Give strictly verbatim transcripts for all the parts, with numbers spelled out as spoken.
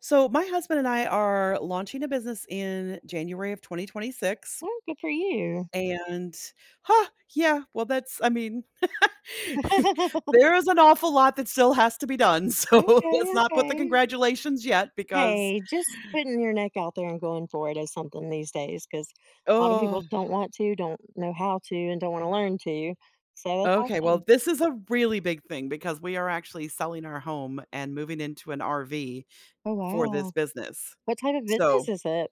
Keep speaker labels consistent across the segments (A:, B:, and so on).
A: So my husband and I are launching a business in January of twenty twenty-six,
B: Oh, good for you.
A: and, huh, yeah, well, that's, I mean, there is an awful lot that still has to be done. So
B: Okay,
A: let's not put the
B: okay.
A: congratulations yet because...
B: Hey, just putting your neck out there and going for it is something these days because a lot of
A: Oh,
B: people don't want to, don't know how to, and don't want to learn to. So that's
A: okay, well,
B: awesome.
A: this is a really big thing because we are actually selling our home and moving into an R V
B: Oh,
A: for this
B: wow.
A: business.
B: What type of business
A: So
B: is it?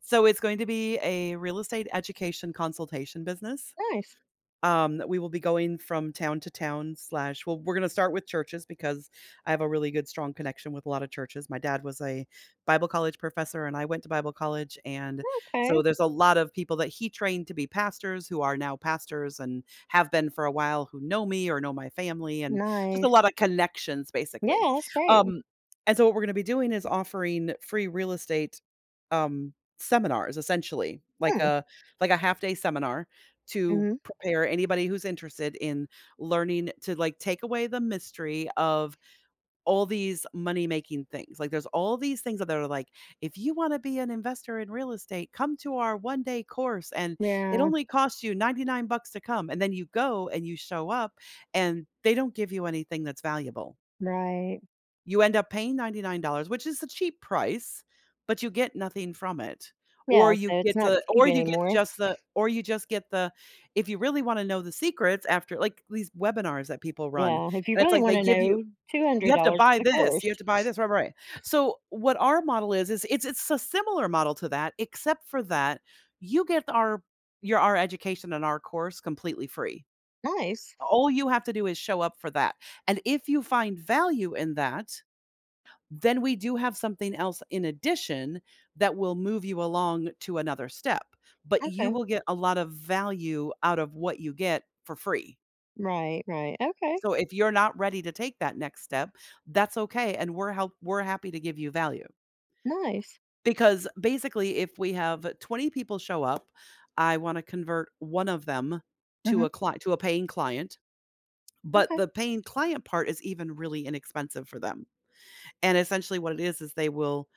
A: so it's going to be a real estate education consultation business.
B: Nice.
A: Um, that we will be going from town to town slash, well, we're going to start with churches because I have a really good, strong connection with a lot of churches. My dad was a Bible college professor and I went to Bible college. And so
B: Okay.
A: there's a lot of people that he trained to be pastors who are now pastors and have been for a while who know me or know my family and just a
B: Nice.
A: lot of connections,
B: Yeah,
A: basically.
B: that's great.
A: Um, and so what we're going to be doing is offering free real estate um, seminars, essentially, like
B: Hmm.
A: a like a half day seminar to
B: hmm
A: prepare anybody who's interested in learning to, like, take away the mystery of all these money-making things. Like, there's all these things that are like, "If you wanna be an investor in real estate, come to our one-day course, and it
B: Yeah,
A: only costs you ninety-nine bucks to come," and then you go and you show up, and they don't give you anything that's valuable.
B: right.
A: You end up paying ninety-nine dollars which is a cheap price, but you get nothing from it. Or
B: Yeah, so
A: you
B: it's
A: get
B: not
A: the, or
B: cheap
A: you get
B: anymore.
A: just the, or you just get the, if you really wanna know the secrets after, like, these webinars that people run,
B: Yeah, if you
A: and it's
B: really
A: like
B: want
A: they
B: to
A: give you,
B: know,
A: you have to
B: two hundred dollars
A: buy
B: for the
A: this,
B: course.
A: you have to buy this, right, right. So, what our model is, is it's it's a similar model to that, except for that you get our your our education and our course completely free.
B: Nice.
A: All you have to do is show up for that, and if you find value in that, then we do have something else in addition that will move you along to another step, but you
B: Okay.
A: will get a lot of value out of what you get for free.
B: Right, right. Okay.
A: So if you're not ready to take that next step, that's okay, and we're help we're happy to give you value.
B: Nice.
A: Because basically, if we have twenty people show up, I wanna convert one of them to
B: Hmm
A: a client, to a paying client, but
B: Okay.
A: the paying client part is even really inexpensive for them, and essentially what it is is they will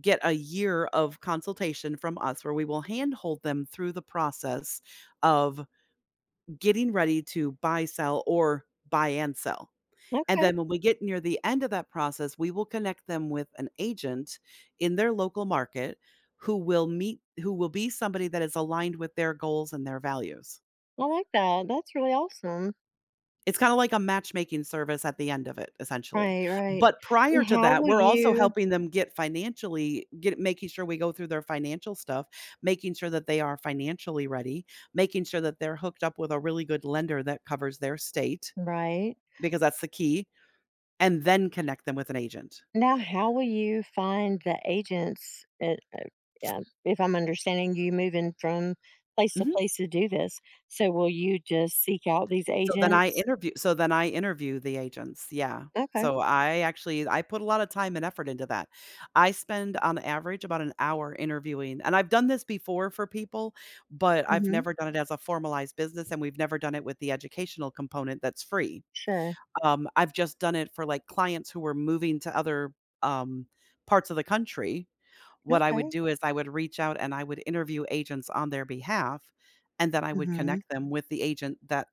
A: get a year of consultation from us where we will handhold them through the process of getting ready to buy, sell, or buy and sell. And
B: Okay.
A: then when we get near the end of that process, we will connect them with an agent in their local market who will meet who will be somebody that is aligned with their goals and their values.
B: I like that. That's really awesome.
A: It's kinda like a matchmaking service at the end of it, essentially.
B: Right, right.
A: But prior
B: And
A: to
B: how
A: that,
B: will
A: we're also
B: you,
A: helping them get financially get making sure we go through their financial stuff, making sure that they are financially ready, making sure that they're hooked up with a really good lender that covers their state,
B: right?
A: because that's the key, and then connect them with an agent.
B: Now, how will you find the agents? At, uh, yeah, if I'm understanding you moving from place to
A: Mhm.
B: place to do this, so will you just seek out these
A: So then I
B: agents?
A: interview so then I interview the agents, yeah.
B: Okay.
A: So I actually I put a lot of time and effort into that. I spend on average about an hour interviewing, and I've done this before for people, but I've
B: Mm-hmm.
A: never done it as a formalized business, and we've never done it with the educational component that's free.
B: Sure.
A: Um, I've just done it for, like, clients who were moving to other, um, parts of the country. What I would
B: Okay.
A: do is I would reach out and I would interview agents on their behalf, and then I would
B: Mm-hmm.
A: connect them with the agent that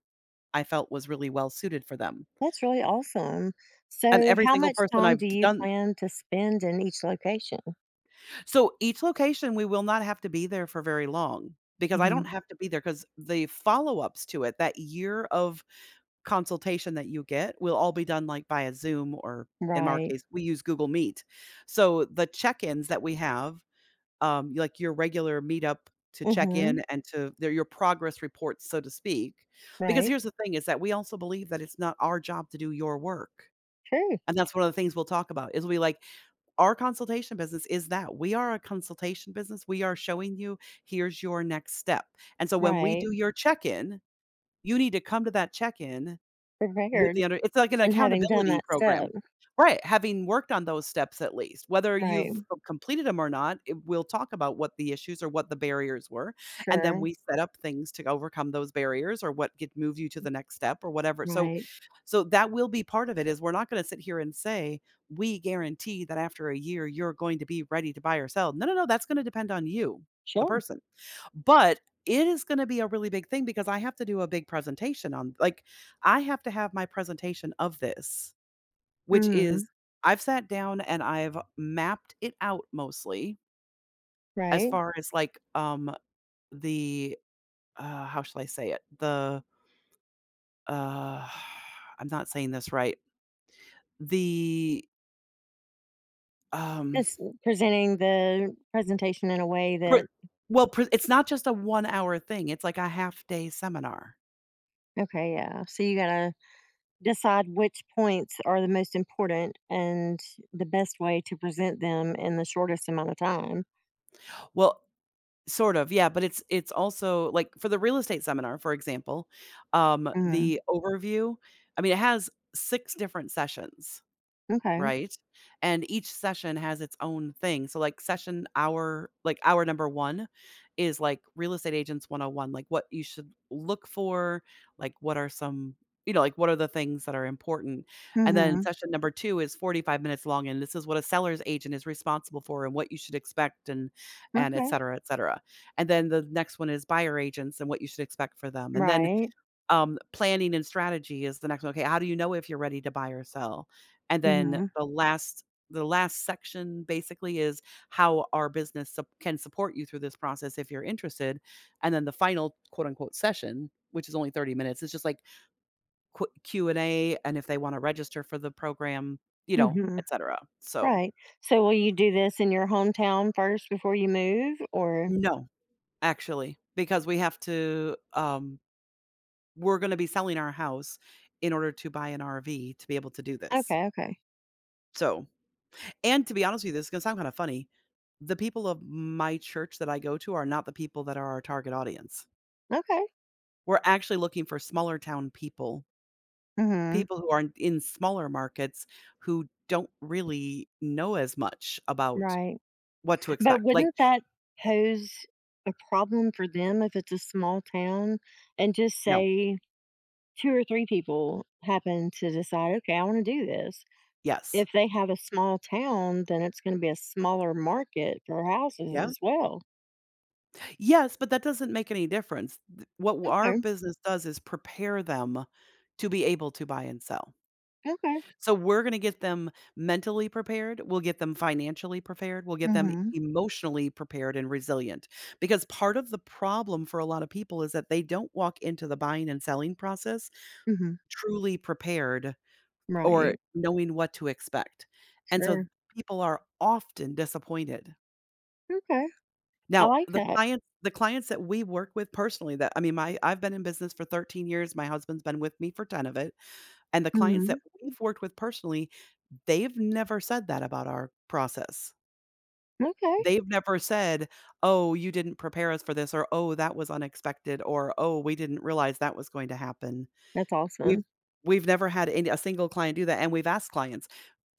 A: I felt was really well suited for them.
B: That's really awesome.
A: And
B: So,
A: every
B: how
A: single
B: much
A: person
B: time
A: I've
B: do
A: d
B: you
A: done
B: plan to spend in each location?
A: So each location, we will not have to be there for very long because I
B: Mm-hmm.
A: don't have to be there because the follow-ups to it, that year of consultation that you get will all be done, like, via Zoom or, in our
B: Right.
A: case, we use Google Meet. So the check-ins that we have, um, like your regular meetup to check in
B: Mm-hmm.
A: and to they your progress reports, so to speak. Because
B: Right.
A: here's the thing is that we also believe that it's not our job to do your work.
B: True.
A: And that's one of the things we'll talk about is we, like, our consultation business is that we are a consultation business. We are showing you here's your next step. And so when we
B: Right.
A: do your check-in, you need to come to that check-in with the
B: Prepared
A: under it's like an
B: and having done
A: accountability
B: that step.
A: program. Right, having worked on those steps at least. Whether
B: Right.
A: you've completed them or not, eh, we'll talk about what the issues or what the barriers were, and then
B: Sure.
A: we set up things to overcome those barriers or what get move you to the next step or whatever. So
B: Right.
A: so that will be part of it, is we're not going to sit here and say we guarantee that after a year you're going to be ready to buy or sell. No, no, no, that's going to depend on you, the
B: Sure.
A: person. But it is going to be a really big thing because I have to do a big presentation on, like, I have to have my presentation of this, which is,
B: hmm
A: I've sat down and I've mapped it out mostly as
B: Right.
A: far as, like, um the, uh how shall I say it? The uh I'm not saying this right. The... Um,
B: Just presenting the presentation in a way
A: pre,
B: that,
A: well, pre, it's not just a one-hour thing, it's like a half-day seminar.
B: okay, yeah. So you got to decide which points are the most important and the best way to present them in the shortest amount of time.
A: Well, sort of, yeah, but it's it's also like, for the real estate seminar, for example, um,
B: Hmm
A: the overview, I mean, it has six different sessions.
B: Okay.
A: Right? And each session has its own thing. So, like, session hour like, hour number one is, like, real estate agents one oh one, like, what you should look for, like, what are some, you know, like, what are the things that are important? And then
B: hmm
A: session number two is forty-five minutes long, and this is what a seller's agent is responsible for and what you should expect, and and et
B: Okay.
A: cetera, et cetera. And then the next one is buyer agents and what you should expect for them. And then
B: Right.
A: um, planning and strategy is the next one. Okay, how do you know if you're ready to buy or sell? And then
B: hmm
A: the last the last section basically is how our business sup can support you through this process if you're interested. And then the final quote unquote session, which is only thirty minutes, is just like qu Q and A, and if they wanna register for the program, you know,
B: hmm
A: etcetera. So,
B: Right. So will you do this in your hometown first before you move or?
A: no, actually, because we have to, um we're gonna be selling our house in order to buy an R V to be able to do this.
B: Okay. Okay.
A: So And to be honest with you, this is gonna sound kinda funny. The people of my church that I go to are not the people that are our target audience.
B: Okay.
A: We're actually looking for smaller town people,
B: hmm
A: people who are in in smaller markets who don't really know as much about
B: Right.
A: what to
B: But
A: expect. Like...
B: wouldn't that pose a problem for them if it's a small town and just
A: No.
B: say two or three people happen to decide, okay, I want to do this?
A: Yes.
B: If they have a small town, then it's going to be a smaller market for houses
A: Yeah.
B: as well.
A: Yes, but that doesn't make any difference. Th what w- our
B: Okay.
A: business does is prepare them to be able to buy and sell.
B: Okay.
A: So we're gonna get them mentally prepared, we'll get them financially prepared, we'll get them
B: hmm
A: emotionally prepared and resilient, because part of the problem for a lot of people is that they don't walk into the buying and selling process
B: hmm
A: truly prepared or
B: Right.
A: knowing what to expect, and so
B: Sure.
A: people are often disappointed.
B: Okay. I
A: Now,
B: like
A: the
B: that.
A: clients the clients that we work with personally, that, I mean, my I've been in business for thirteen years, my husband's been with me for ten of it, and the clients
B: Mm.
A: that we've worked with personally, they've never said that about our process.
B: hmm Okay.
A: They've never said, "Oh, you didn't prepare us for this," or, "Oh, that was unexpected," or, "Oh, we didn't realize that was going to happen."
B: That's
A: We've
B: awesome.
A: we've never had any a single client do that, and we've asked clients,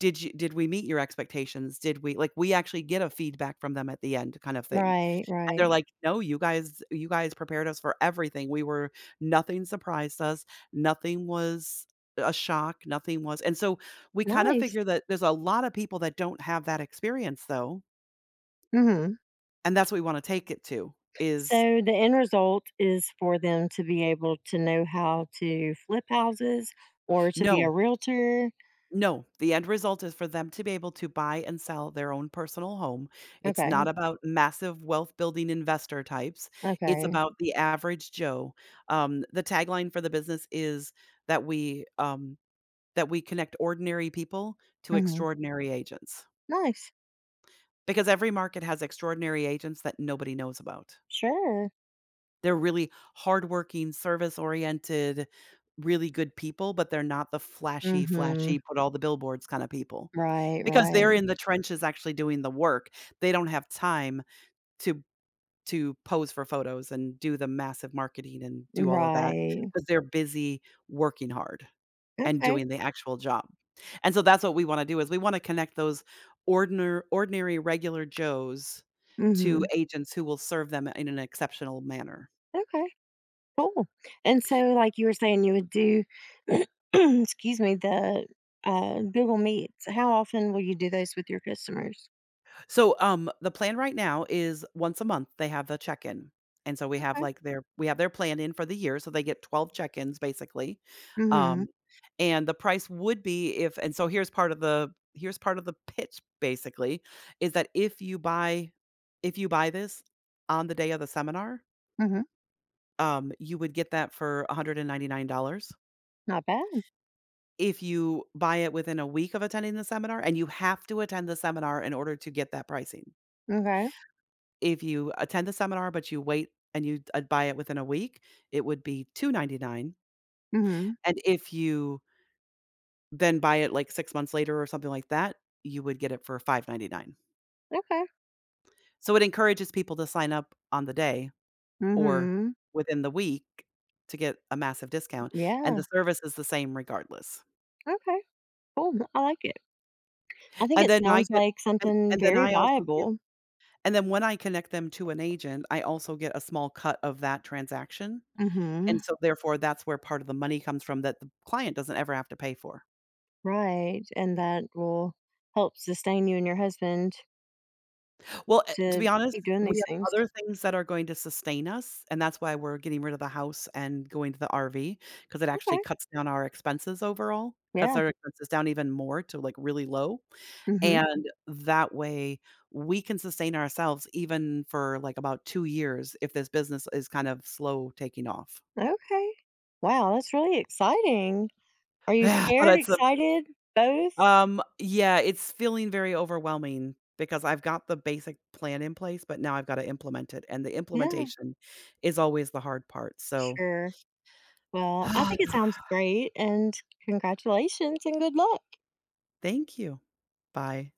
A: "Did you did we meet your expectations? Did we," like, we actually get a feedback from them at the end kind of thing.
B: Right.
A: And they're
B: Right.
A: like, "No, you guys you guys prepared us for everything. We were, nothing surprised us. Nothing was a shock. Nothing was," and so we kinda
B: Nice.
A: figure that there's a lot of people that don't have that experience though,
B: Mm. hmm
A: and that's what we wanna take it to is...
B: So the end result is for them to be able to know how to flip houses or to be
A: No,
B: a realtor.
A: no, the end result is for them to be able to buy and sell their own personal home. It's not
B: Okay.
A: about massive wealth building investor types. It's
B: Okay.
A: about the average Joe. Um, the tagline for the business is that we, um that we connect ordinary people to
B: hmm
A: extraordinary agents,
B: Nice.
A: because every market has extraordinary agents that nobody knows about.
B: Sure.
A: They're really hardworking, service-oriented, really good people, but they're not the flashy,
B: hmm
A: flashy, put all the billboards kinda people,
B: Right.
A: because they're
B: Right.
A: in the trenches actually doing the work. They don't have time to to pose for photos and do the massive marketing and do all of that
B: Right.
A: because 'cause they're busy working hard. And
B: Okay.
A: doing the actual job. And so that's what we wanna do is we wanna connect those ordinary, ordinary regular Joes to
B: hmm
A: agents who will serve them in an exceptional manner.
B: Okay. Cool. And so, like you were saying, you would do, excuse me, the uh, Google Meets. How often will you do those with your customers?
A: So, um, the plan right now is once a month, they have the check-in. And so we have,
B: Okay.
A: like, their we have their plan in for the year, so they get twelve check-ins basically. Um,
B: hmm
A: and the price would be if, and so here's part of the here's part of the pitch, basically, is that if you buy if you buy this on the day of the seminar.
B: hmm
A: Um, you would get that for one hundred ninety-nine dollars.
B: Not bad.
A: If you buy it within a week of attending the seminar, and you have to attend the seminar in order to get that pricing.
B: Okay.
A: If you attend the seminar, but you wait and you, uh, buy it within a week, it would be two hundred ninety-nine dollars.
B: hmm
A: And if you then buy it, like, six months later or something like that, you would get it for five hundred ninety-nine dollars.
B: Okay.
A: So it encourages people to sign up on the day or
B: Mhm.
A: within the week to get a massive discount, and
B: Yeah.
A: the service is the same regardless.
B: Okay. Cool. I like it. I think
A: And
B: it
A: then I
B: sounds
A: get,
B: like
A: and
B: something
A: and then
B: very
A: I also get,
B: viable.
A: and then when I connect them to an agent, I also get a small cut of that transaction, and
B: Mhm.
A: so therefore, that's where part of the money comes from that the client doesn't ever have to pay for.
B: Right. And that will help sustain you and your husband
A: Well, eh, to
B: to
A: be honest,
B: keep doing
A: we
B: these
A: have
B: things.
A: other things that are going to sustain us, and that's why we're getting rid of the house and going to the R V because it actually
B: Okay.
A: cuts down our expenses overall, cuts
B: Yeah.
A: our expenses down even more to, like, really low,
B: Mhm.
A: and that way, we can sustain ourselves even for, like, about two years if this business is kind of slow taking off.
B: Okay. Wow. That's really exciting. Are you
A: Yeah, but
B: scared,
A: it's a...
B: excited, both?
A: Um, yeah, it's feeling very overwhelming because I've got the basic plan in place, but now I've got to implement it, and the
B: Yeah.
A: implementation is always the hard part, so...
B: Sure. Well, I think it sounds great. And congratulations and good luck.
A: Thank you. Bye.